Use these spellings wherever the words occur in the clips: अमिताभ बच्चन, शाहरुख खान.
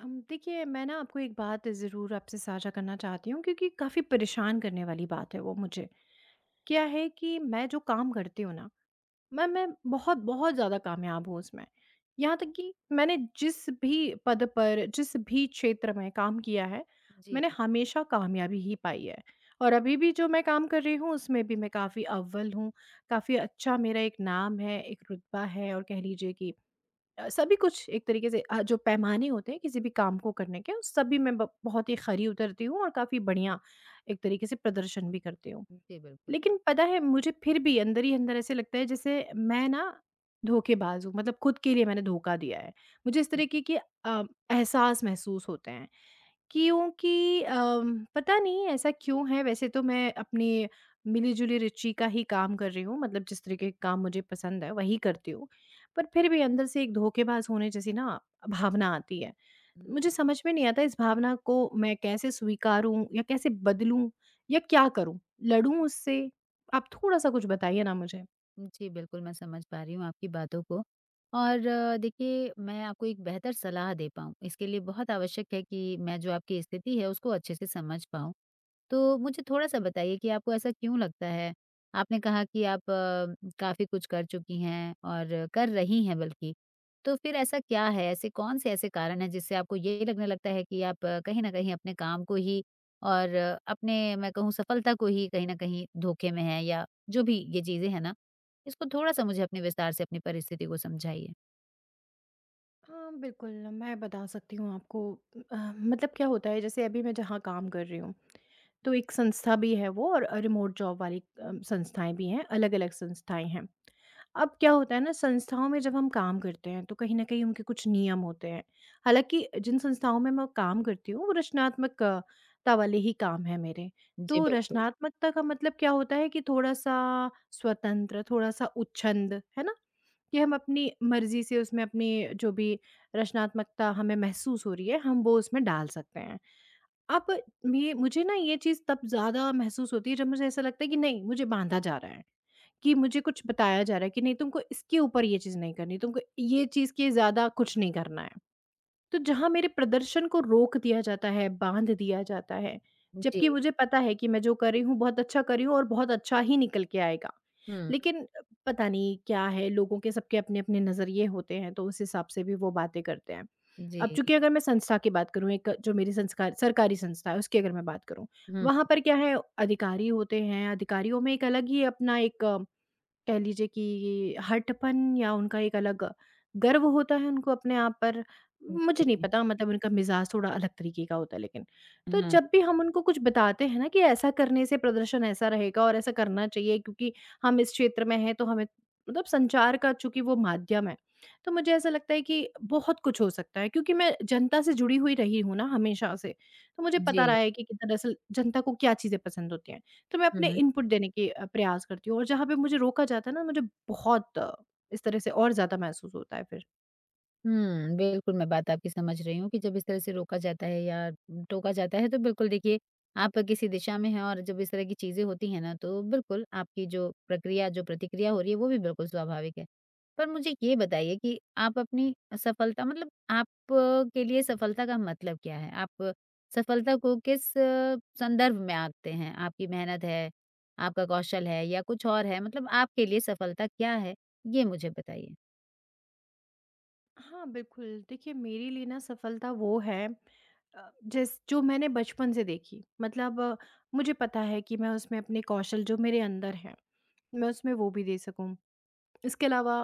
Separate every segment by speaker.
Speaker 1: देखिए मैं ना आपको एक बात ज़रूर आपसे साझा करना चाहती हूँ क्योंकि काफ़ी परेशान करने वाली बात है वो मुझे। क्या है कि मैं जो काम करती हूँ ना, मैं बहुत बहुत ज़्यादा कामयाब हूँ उसमें। यहाँ तक कि मैंने जिस भी पद पर, जिस भी क्षेत्र में काम किया है,
Speaker 2: जी,
Speaker 1: मैंने हमेशा कामयाबी ही पाई है। और अभी भी जो मैं काम कर रही हूँ उसमें भी मैं काफ़ी अव्वल हूँ, काफ़ी अच्छा मेरा एक नाम है, एक रुतबा है और कह लीजिए कि सभी कुछ एक तरीके से जो पैमाने होते हैं किसी भी काम को करने के उस सभी में ब बहुत ही खरी उतरती हूँ और काफ़ी बढ़िया एक तरीके से प्रदर्शन भी करती हूँ।
Speaker 2: जी बिल्कुल।
Speaker 1: लेकिन पता है मुझे फिर भी अंदर ही अंदर ऐसे लगता है जैसे मैं ना धोखेबाज हूँ, मतलब खुद के लिए मैंने धोखा दिया है। मुझे इस
Speaker 2: हुँ,
Speaker 1: तरीके के एहसास महसूस होते हैं। क्योंकि पता नहीं ऐसा क्यों है, वैसे तो मैं अपनी मिली-जुली रुचि का ही काम कर रही हूँ, मतलब जिस तरीके के काम मुझे पसंद है वही करती हूँ। पर फिर भी अंदर से एक धोखेबाज होने जैसी ना भावना आती है।
Speaker 2: हुँ।
Speaker 1: मुझे समझ में नहीं आता इस भावना को मैं कैसे स्वीकारूँ या कैसे बदलूँ? या क्या करूँ? लड़ूँ उससे? आप थोड़ा-सा कुछ बताइए ना मुझे।
Speaker 2: जी, बिल्कुल मैं समझ पा रही हूँ आपकी बातों को। और देखिए, मैं आपको एक बेहतर सलाह दे पाऊँ, इसके लिए बहुत आवश्यक है कि मैं जो आपकी स्थिति है उसको अच्छे से समझ पाऊँ। तो मुझे थोड़ा-सा बताइए कि आपको ऐसा क्यों लगता है? आपने कहा कि आप काफ़ी कुछ कर चुकी हैं और कर रही हैं बल्कि। तो फिर ऐसा क्या है? ऐसे कौन-से ऐसे कारण हैं जिससे आपको ये लगने लगता है कि आप कहीं न कहीं अपने काम को ही और अपने, मैं कहूँ, सफलता को ही कहीं न कहीं धोखे में हैं? या जो भी ये चीज़ें हैं ना, इसको थोड़ा-सा मुझे अपने विस्तार से अपनी परिस्थिति को समझाइए?
Speaker 1: हाँ, बिल्कुल, मैं बता सकती हूँ आपको। मतलब क्या होता है, जैसे अभी मैं जहाँ काम कर रही हूँ, तो एक संस्था भी है वो और रिमोट जॉब वाली संस्थाएँ भी हैं, अलग-अलग संस्थाएँ हैं। अब क्या होता है ना, संस्थाओं में जब हम काम करते हैं, तो कहीं न कहीं उनके कुछ नियम होते हैं। हालाँकि जिन संस्थाओं में मैं काम करती हूँ, वो रचनात्मकता वाले ही काम हैं मेरे।
Speaker 2: जी,
Speaker 1: तो
Speaker 2: बिल्कुल।
Speaker 1: रचनात्मकता का मतलब क्या होता है कि थोड़ा-सा स्वतंत्र, थोड़ा-सा उच्छृंद, है ना? कि हम अपनी मर्ज़ी से उसमें अपनी जो भी रचनात्मकता हमें महसूस हो रही है, हम वो उसमें डाल सकते हैं। अब मे मुझे ना ये चीज़ तब ज़्यादा महसूस होती है जब मुझे ऐसा लगता है कि नहीं, मुझे बाँधा जा रहा है, कि मुझे कुछ बताया जा रहा है कि नहीं, तुमको इसके ऊपर ये चीज़ नहीं करनी, तुमको ये चीज़ के ज़्यादा कुछ नहीं करना है। तो जहाँ मेरे प्रदर्शन को रोक दिया जाता है, बाँध दिया जाता है,
Speaker 2: जी।
Speaker 1: जबकि मुझे पता है कि मैं जो कर रही हूँ बहुत अच्छा कर रही हूँ और बहुत अच्छा ही निकल के आएगा।
Speaker 2: हुँ।
Speaker 1: लेकिन पता नहीं क्या है, लोगों के सबके अपने-अपने नज़रिए होते हैं, तो उस हिसाब से भी वो बातें करते हैं।
Speaker 2: जी।
Speaker 1: अब चूँकि अगर मैं संस्था की बात करूँ, एक जो मेरी संस्कार सरकारी संस्था है उसकी अगर मैं बात करूँ,
Speaker 2: हुँ।
Speaker 1: वहाँ पर क्या है, अधिकारी होते हैं, अधिकारियों में एक अलग ही अपना एक, कह लीजिए कि हठपन या उनका एक अलग गर्व होता है उनको अपने आप पर, मुझे नहीं
Speaker 2: जी।
Speaker 1: पता, मतलब उनका मिज़ाज थोड़ा अलग तरीके का होता है लेकिन। तो
Speaker 2: हाँ।
Speaker 1: जब भी हम उनको कुछ बताते हैं ना कि ऐसा करने से प्रदर्शन ऐसा रहेगा और ऐसा करना चाहिए क्योंकि हम इस क्षेत्र में हैं तो हमें, मतलब संचार का चूँकि वो माध्यम है, तो मुझे ऐसा लगता है कि बहुत कुछ हो सकता है क्योंकि मैं जनता से जुड़ी हुई रही हूँ ना हमेशा से, तो मुझे
Speaker 2: जी।
Speaker 1: पता रहा है कि दरअसल जनता को क्या चीज़ें पसंद होती हैं। तो मैं अपने
Speaker 2: हुँ।
Speaker 1: इनपुट देने की प्रयास करती हूँ और जहाँ पे मुझे रोका जाता है ना, मुझे बहुत इस तरह से और ज़्यादा महसूस होता है फिर।
Speaker 2: हुँ, बिल्कुल, मैं बात आपकी समझ रही हूँ कि जब इस तरह से रोका जाता है या टोका जाता है, तो बिल्कुल देखिए, आप किसी दिशा में हैं और जब इस तरह की चीज़ें होती हैं ना, तो बिल्कुल आपकी जो प्रक्रिया, जो प्रतिक्रिया हो रही है, वो भी बिल्कुल स्वाभाविक है। पर मुझे ये बताइए कि आप अपनी सफलता, मतलब आप, के लिए सफलता का मतलब क्या है? आप सफलता को किस संदर्भ में आंकते हैं? आपकी मेहनत है, आपका कौशल है, या कुछ और है? मतलब आपके लिए सफलता क्या है, ये मुझे बताइए?
Speaker 1: हाँ, बिल्कुल। देखिए मेरे लिए ना सफलता वो है जिस जो मैंने बचपन से देखी। मतलब मुझे पता है कि मैं उसमें अपने कौशल जो मेरे अंदर हैं, मैं उसमें वो भी दे सकूँ। इसके अलावा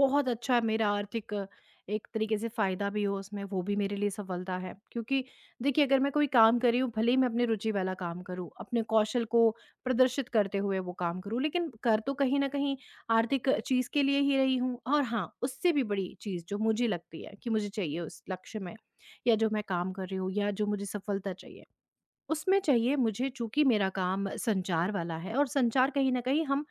Speaker 1: बहुत अच्छा है मेरा आर्थिक, एक तरीके से फ़ायदा भी हो उसमें, वो भी मेरे लिए सफलता है। क्योंकि देखिए अगर मैं कोई काम कर रही हूँ, भले ही मैं अपनी रुचि वाला काम करूँ, अपने कौशल को प्रदर्शित करते हुए वो काम करूँ, लेकिन कर तो कहीं न कहीं आर्थिक चीज़ के लिए ही रही हूँ। और हाँ, उससे भी बड़ी चीज़ जो मुझे लगती है कि मुझे चाहिए, उस लक्ष्य में या जो मैं काम कर रही हूँ या जो मुझे सफलता चाहिए उसमें चाहिए मुझे, चूँकि मेरा काम संचार वाला है और संचार कहीं न कहीं हम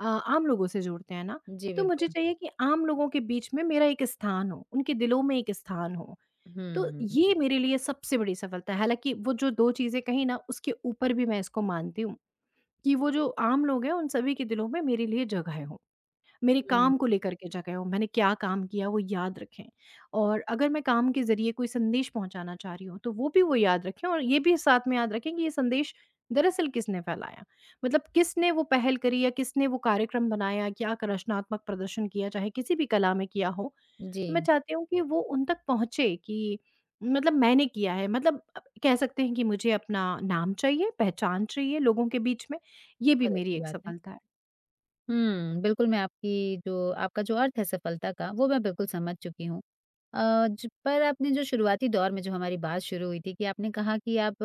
Speaker 1: आम लोगों से जोड़ते हैं ना,
Speaker 2: जी,
Speaker 1: तो मुझे
Speaker 2: बिल्कुल।
Speaker 1: चाहिए कि आम लोगों के बीच में मेरा एक स्थान हो, उनके दिलों में एक स्थान हो।
Speaker 2: हुँ,
Speaker 1: तो
Speaker 2: हुँ।
Speaker 1: ये मेरे लिए सबसे बड़ी सफलता है। हालाँकि वो जो 2 चीज़ें कहीं ना, उसके ऊपर भी मैं इसको मानती हूँ, कि वो जो आम लोग हैं उन सभी के दिलों में मेरे लिए जगह हो। मेरे
Speaker 2: हुँ,
Speaker 1: काम को लेकर के जगह हो, मैंने क्या काम किया वो याद रखें, और अगर मैं काम के ज़रिए कोई संदेश पहुँचाना चाह रही हूँ, तो वो भी वो याद रखें और ये भी साथ में याद रखें कि ये संदेश दरअसल किसने फैलाया। मतलब किसने वो पहल करी या किसने वो कार्यक्रम बनाया, क्या क रचनात्मक प्रदर्शन किया, चाहे किसी भी कला में किया हो।
Speaker 2: जी,
Speaker 1: तो मैं चाहती हूँ कि वो उन तक पहुँचे, कि मतलब मैंने किया है, मतलब कह सकते हैं कि मुझे अपना नाम चाहिए, पहचान चाहिए लोगों के बीच में, ये भी
Speaker 2: बहुत
Speaker 1: मेरी
Speaker 2: अच्छी
Speaker 1: एक
Speaker 2: बात है।
Speaker 1: सफलता है।
Speaker 2: हुँ, बिल्कुल मैं आपकी जो, आपका जो अर्थ है सफलता का, वो मैं बिल्कुल समझ चुकी हूँ। अ, ज पर आपने जो शुरुआती दौर में जो हमारी बात शुरू हुई थी कि आपने कहा कि आप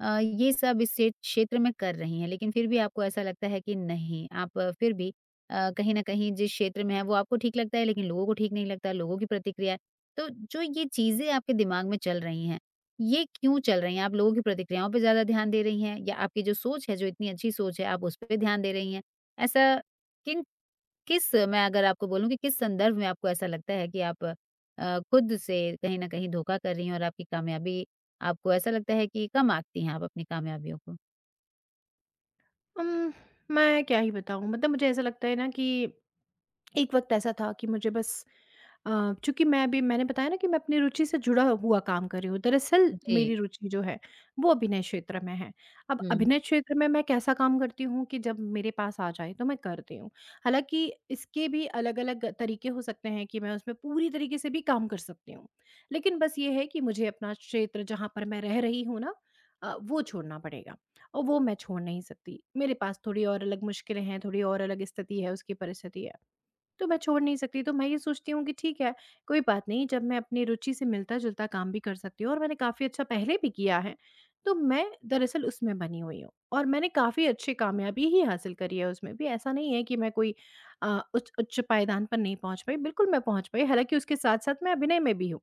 Speaker 2: ये सब इस क्षे क्षेत्र में कर रही हैं, लेकिन फिर भी आपको ऐसा लगता है कि नहीं, आप फिर भी कहीं न कहीं जिस क्षेत्र में हैं वो आपको ठीक लगता है, लेकिन लोगों को ठीक नहीं लगता, लोगों की प्रतिक्रिया है। तो जो ये चीज़ें आपके दिमाग में चल रही हैं, ये क्यों चल रही हैं? आप लोगों की प्रतिक्रियाओं पे ज़्यादा ध्यान दे रही हैं या आपकी जो सोच है, जो इतनी अच्छी सोच है, आप उस पे ध्यान दे रही हैं? ऐसा किन, किस, मैं अगर आपको बोलूँ कि किस संदर्भ में आपको ऐसा लगता है कि आप खुद से कहीं न कहीं धोखा कर रही हैं और आपकी कामयाबी, आपको ऐसा लगता है कि कम आँकती हैं आप अपनी कामयाबियों को?
Speaker 1: उम, मैं क्या ही बताऊँ, मतलब मुझे ऐसा लगता है ना कि एक वक़्त ऐसा था कि मुझे बस, अ, चूँकि मैं अभी मैंने बताया ना कि मैं अपनी रुचि से जुड़ा हुआ काम कर रही हूँ। दरअसल मेरी
Speaker 2: जी।
Speaker 1: रुचि जो है वो अभिनय क्षेत्र में है। अब
Speaker 2: हुँ।
Speaker 1: अभिनय क्षेत्र में मैं कैसा काम करती हूँ कि जब मेरे पास आ जाए तो मैं करती हूँ। हालाँकि इसके भी अलग-अलग तरीके हो सकते हैं कि मैं उसमें पूरी तरीके से भी काम कर सकती हूँ। लेकिन बस ये है कि मुझे अपना क्षेत्र जहाँ पर मैं रह रही हूँ ना, वो छोड़ना पड़ेगा और वो मैं छोड़ नहीं सकती। मेरे पास थोड़ी और अलग मुश्किलें हैं, थोड़ी और अलग स्थिति है, उसकी परिस्थिति है। तो मैं छोड़ नहीं सकती, तो मैं ये सोचती हूँ कि ठीक है, कोई बात नहीं, जब मैं अपनी रुचि से मिलता-जुलता काम भी कर सकती हूँ और मैंने काफ़ी अच्छा पहले भी किया है, तो मैं दरअसल उसमें बनी हुई हूँ और मैंने काफ़ी अच्छी कामयाबी ही हासिल करी है उसमें भी। ऐसा नहीं है कि मैं कोई उच्च उच्च पायदान पर नहीं पहुँच पाई, बिल्कुल मैं पहुँच पाई, हालाँकि उसके साथ-साथ मैं अभिनय में भी हूँ।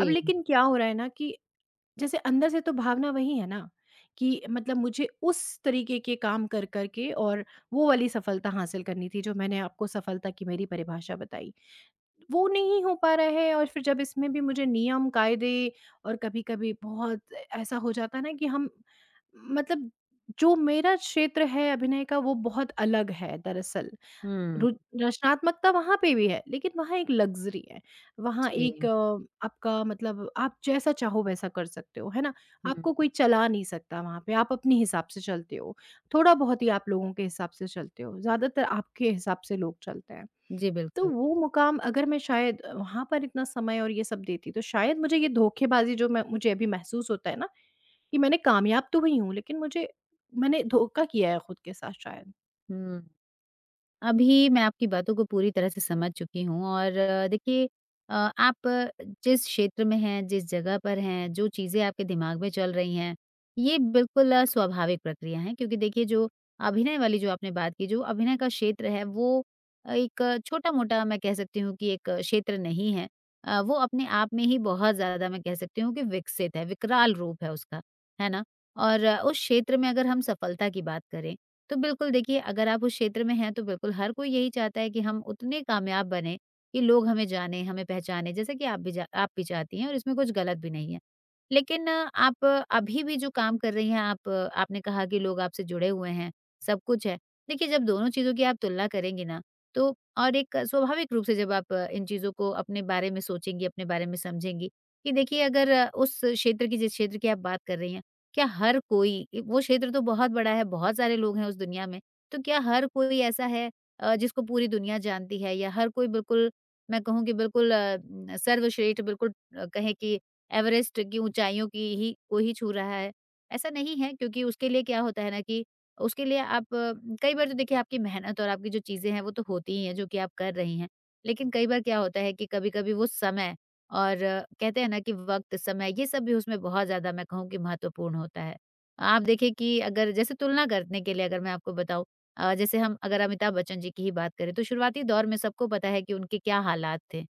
Speaker 1: अब लेकिन क्या हो रहा है ना, कि जैसे अंदर से तो भावना वही है ना, कि मतलब मुझे उस तरीके के काम कर कर के और वो वाली सफलता हासिल करनी थी जो मैंने आपको सफलता की मेरी परिभाषा बताई। वो नहीं हो पा रहा है और फिर जब इसमें भी मुझे नियम, कायदे और कभी-कभी बहुत ऐसा हो जाता है ना कि हम, मतलब जो मेरा क्षेत्र है अभिनय का वो बहुत अलग है दरअसल।
Speaker 2: हुँ।
Speaker 1: रु रचनात्मकता वहाँ पे भी है, लेकिन वहाँ एक लग्ज़री है। वहाँ एक
Speaker 2: जी।
Speaker 1: आपका मतलब आप जैसा चाहो वैसा कर सकते हो, है ना? आपको
Speaker 2: हुँ।
Speaker 1: कोई चला नहीं सकता वहाँ पे, आप अपने हिसाब से चलते हो। थोड़ा-बहुत ही आप लोगों के हिसाब से चलते हो, ज़्यादातर आपके हिसाब से लोग चलते हैं।
Speaker 2: जी,
Speaker 1: तो
Speaker 2: बिल्कुल।
Speaker 1: वो मुकाम, अगर मैं शायद वहाँ पर इतना समय और ये सब देती, तो शायद मुझे ये धोखेबाज़ी जो मैं मुझे अभी महसूस होता है ना, कि मैंने कामयाब तो हुई हूँ, लेकिन मुझे, मैंने धोखा किया है खुद के साथ शायद।
Speaker 2: हुँ। अभी मैं आपकी बातों को पूरी तरह से समझ चुकी हूँ और देखिए, आप जिस क्षेत्र में हैं, जिस जगह पर हैं, जो चीज़ें आपके दिमाग में चल रही हैं, ये बिल्कुल स्वाभाविक प्रक्रिया है क्योंकि देखिए, जो अभिनय वाली जो आपने बात की, जो अभिनय का क्षेत्र है वो एक छोटा-मोटा, मैं कह सकती हूँ कि, एक क्षेत्र नहीं है। वो अपने आप में ही बहुत ज़्यादा, मैं कह सकती हूँ कि, विकसित है, विकराल रूप है उसका, है ना? और उस क्षेत्र में अगर हम सफलता की बात करें, तो बिल्कुल देखिए, अगर आप उस क्षेत्र में हैं तो बिल्कुल हर कोई यही चाहता है कि हम उतने कामयाब बने कि लोग हमें जाने, हमें पहचाने, जैसे कि आप भी जा, आप भी चाहती हैं, और इसमें कुछ गलत भी नहीं है। लेकिन आप अभी भी जो काम कर रही हैं आप, आपने कहा कि लोग आपसे जुड़े हुए हैं, सब कुछ है। देखिए, जब दोनों चीज़ों की आप तुलना करेंगी ना, तो और एक स्वाभाविक रूप से जब आप इन चीज़ों को अपने बारे में सोचेंगी, अपने बारे में समझेंगी कि देखिए, अगर उस क्षेत्र की, जिस क्षेत्र की आप बात कर रही हैं, क्या हर कोई इ, वो क्षेत्र तो बहुत बड़ा है, बहुत सारे लोग हैं उस दुनिया में, तो क्या हर कोई ऐसा है जिसको पूरी दुनिया जानती है, या हर कोई बिल्कुल, मैं कहूँ कि बिल्कुल न सर्वश्रेष्ठ बिल्कुल कहें कि एवरेस्ट की ऊँचाइयों की ही को ही छू रहा है? ऐसा नहीं है, क्योंकि उसके लिए क्या होता है ना, कि उसके लिए आप कई बार तो देखिए आपकी मेहनत और आपकी जो चीज़ें हैं वो तो होती ही हैं, जो कि आप कर रही हैं। लेकिन कई बार क्या होता है कि कभी-कभी वो समय, और कहते हैं ना कि वक़्त, समय, ये सब भी उसमें बहुत ज़्यादा, मैं कहूँ कि, महत्वपूर्ण होता है। आप देखिए कि अगर जैसे तुलना करने के लिए अगर मैं आपको बताऊँ, जैसे हम अगर अमिताभ बच्चन जी की ही बात करें, तो शुरुआती दौर में सबको पता है कि उनके क्या हालात थे,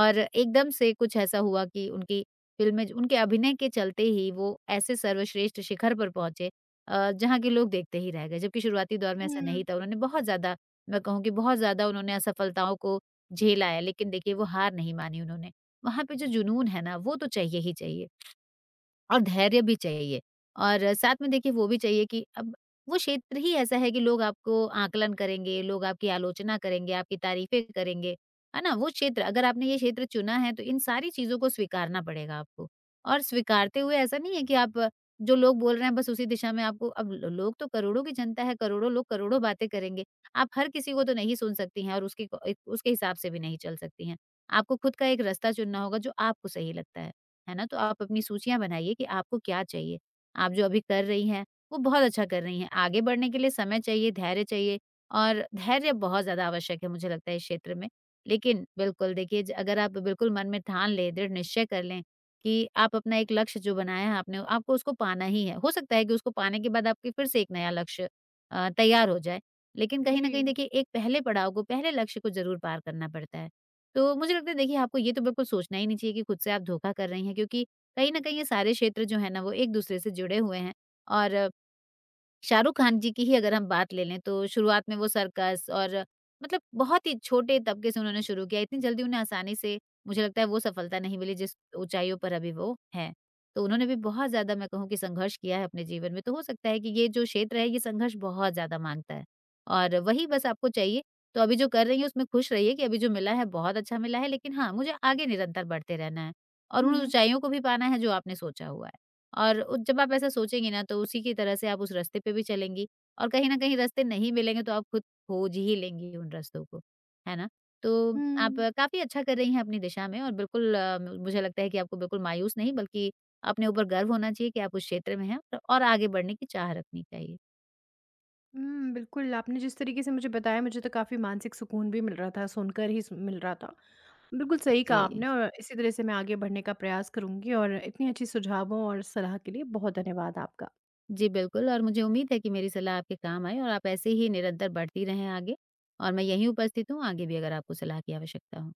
Speaker 2: और एकदम से कुछ ऐसा हुआ कि उनकी फ़िल्में, उनके अभिनय के चलते ही वो ऐसे सर्वश्रेष्ठ शिखर पर पहुँचे, जहाँ के लोग देखते ही रह गए। जबकि शुरुआती दौर में ऐसा
Speaker 1: हुँ,
Speaker 2: नहीं था। उन्होंने बहुत ज़्यादा, मैं कहूँ कि बहुत ज़्यादा, उन्होंने असफलताओं को झेला है, लेकिन देखिए, वो हार नहीं मानी उन्होंने। वहाँ पे जो जुनून है ना, वो तो चाहिए ही चाहिए। और धैर्य भी चाहिए, और साथ में देखिए वो भी चाहिए कि अब वो क्षेत्र ही ऐसा है कि लोग आपको आकलन करेंगे, लोग आपकी आलोचना करेंगे, आपकी तारीफ़ें करेंगे, है ना? वो क्षेत्र, अगर आपने ये क्षेत्र चुना है, तो इन सारी चीज़ों को स्वीकारना पड़ेगा आपको। और स्वीकारते हुए ऐसा नहीं है कि आप जो लोग बोल रहे हैं बस उसी दिशा में, आपको अब ल लोग तो करोड़ों की जनता है, करोड़ों लोग करोड़ों बातें करेंगे। आप हर किसी को तो नहीं सुन सकती हैं और उसके क उसके हिसाब से भी नहीं चल सकती हैं। आपको खुद का एक रास्ता चुनना होगा जो आपको सही लगता है। है ना? तो आप अपनी सूचियाँ बनाइए कि आपको क्या चाहिए। आप जो अभी कर रही हैं, वो बहुत अच्छा कर रही हैं। आगे बढ़ने के लिए समय चाहिए, धैर्य चाहिए, और धैर्य बहुत ज़्यादा आवश्यक है, मुझे लगता है, इस क्षेत्र में। लेकिन बिल्कुल देखिए, ज अगर आप बिल्कुल मन में ठान लें, दृढ़ निश्चय कर लें कि आप अपना एक लक्ष्य जो बनाया है आपने, आपको उसको पाना ही है। हो सकता है कि उसको पाने के बाद आपके फिर से एक नया लक्ष्य तैयार हो जाए। लेकिन कहीं
Speaker 1: जी।
Speaker 2: न कहीं देखिए, एक पहले पड़ाव को, पहले लक्ष्य को ज़रूर पार करना पड़ता है। तो मुझे लगता है देखिए, आपको ये तो बिल्कुल सोचना ही नहीं चाहिए कि खुद से आप धोखा कर रही हैं, क्योंकि कहीं न कहीं ये सारे क्षेत्र जो है ना वो एक-दूसरे से जुड़े हुए हैं। और शाहरुख खान जी की ही अगर हम बात ले लें, तो शुरुआत में वो सर्कस और, मतलब बहुत ही छोटे तबके से उन्होंने शुरू किया। इतनी जल्दी उन्हें आसानी से, मुझे लगता है, वो सफलता नहीं मिली जिस ऊँचाइयों पर अभी वो हैं। तो उन्होंने भी बहुत ज़्यादा, मैं कहूँ कि, संघर्ष किया है अपने जीवन में। तो हो सकता है कि ये जो क्षेत्र है, ये संघर्ष बहुत ज़्यादा माँगता है। और वही बस आपको चाहिए। तो अभी जो कर रही हैं उसमें खुश रहिए कि अभी जो मिला है बहुत अच्छा मिला है, लेकिन हाँ, मुझे आगे निरंतर बढ़ते रहना है और
Speaker 1: हुँ,
Speaker 2: उन
Speaker 1: हुँ।
Speaker 2: ऊँचाइयों को भी पाना है जो आपने सोचा हुआ है। और उ जब आप ऐसा सोचेंगी ना, तो उसी की तरह से आप उस रास्ते पे भी चलेंगी, और कहीं न कहीं रास्ते नहीं मिलेंगे, तो आप खुद खोज ही लेंगी उन रास्तों को, है ना? तो आप
Speaker 1: हुँ।
Speaker 2: काफ़ी अच्छा कर रही हैं अपनी दिशा में, और बिल्कुल म मुझे लगता है कि आपको बिल्कुल मायूस नहीं, बल्कि अपने ऊपर गर्व होना चाहिए कि आप उस क्षेत्र में हैं, और आगे बढ़ने की चाह रखनी चाहिए।
Speaker 1: हुँ, बिल्कुल, आपने जिस तरीके से मुझे बताया, मुझे तो काफ़ी मानसिक सुकून भी मिल रहा था, सुनकर ही सु मिल रहा था। बिल्कुल सही कहा
Speaker 2: जी।
Speaker 1: आपने, और इसी तरह से मैं आगे बढ़ने का प्रयास करूँगी और इतनी अच्छी सुझावों और सलाह के लिए बहुत धन्यवाद आपका।
Speaker 2: जी, बिल्कुल, और मुझे उम्मीद है कि मेरी सलाह आपके काम आए और आप ऐसे ही निरंतर बढ़ती रहें आगे, और मैं यहीं उपस्थित हूँ, आगे भी अगर आपको सलाह की आवश्यकता हो।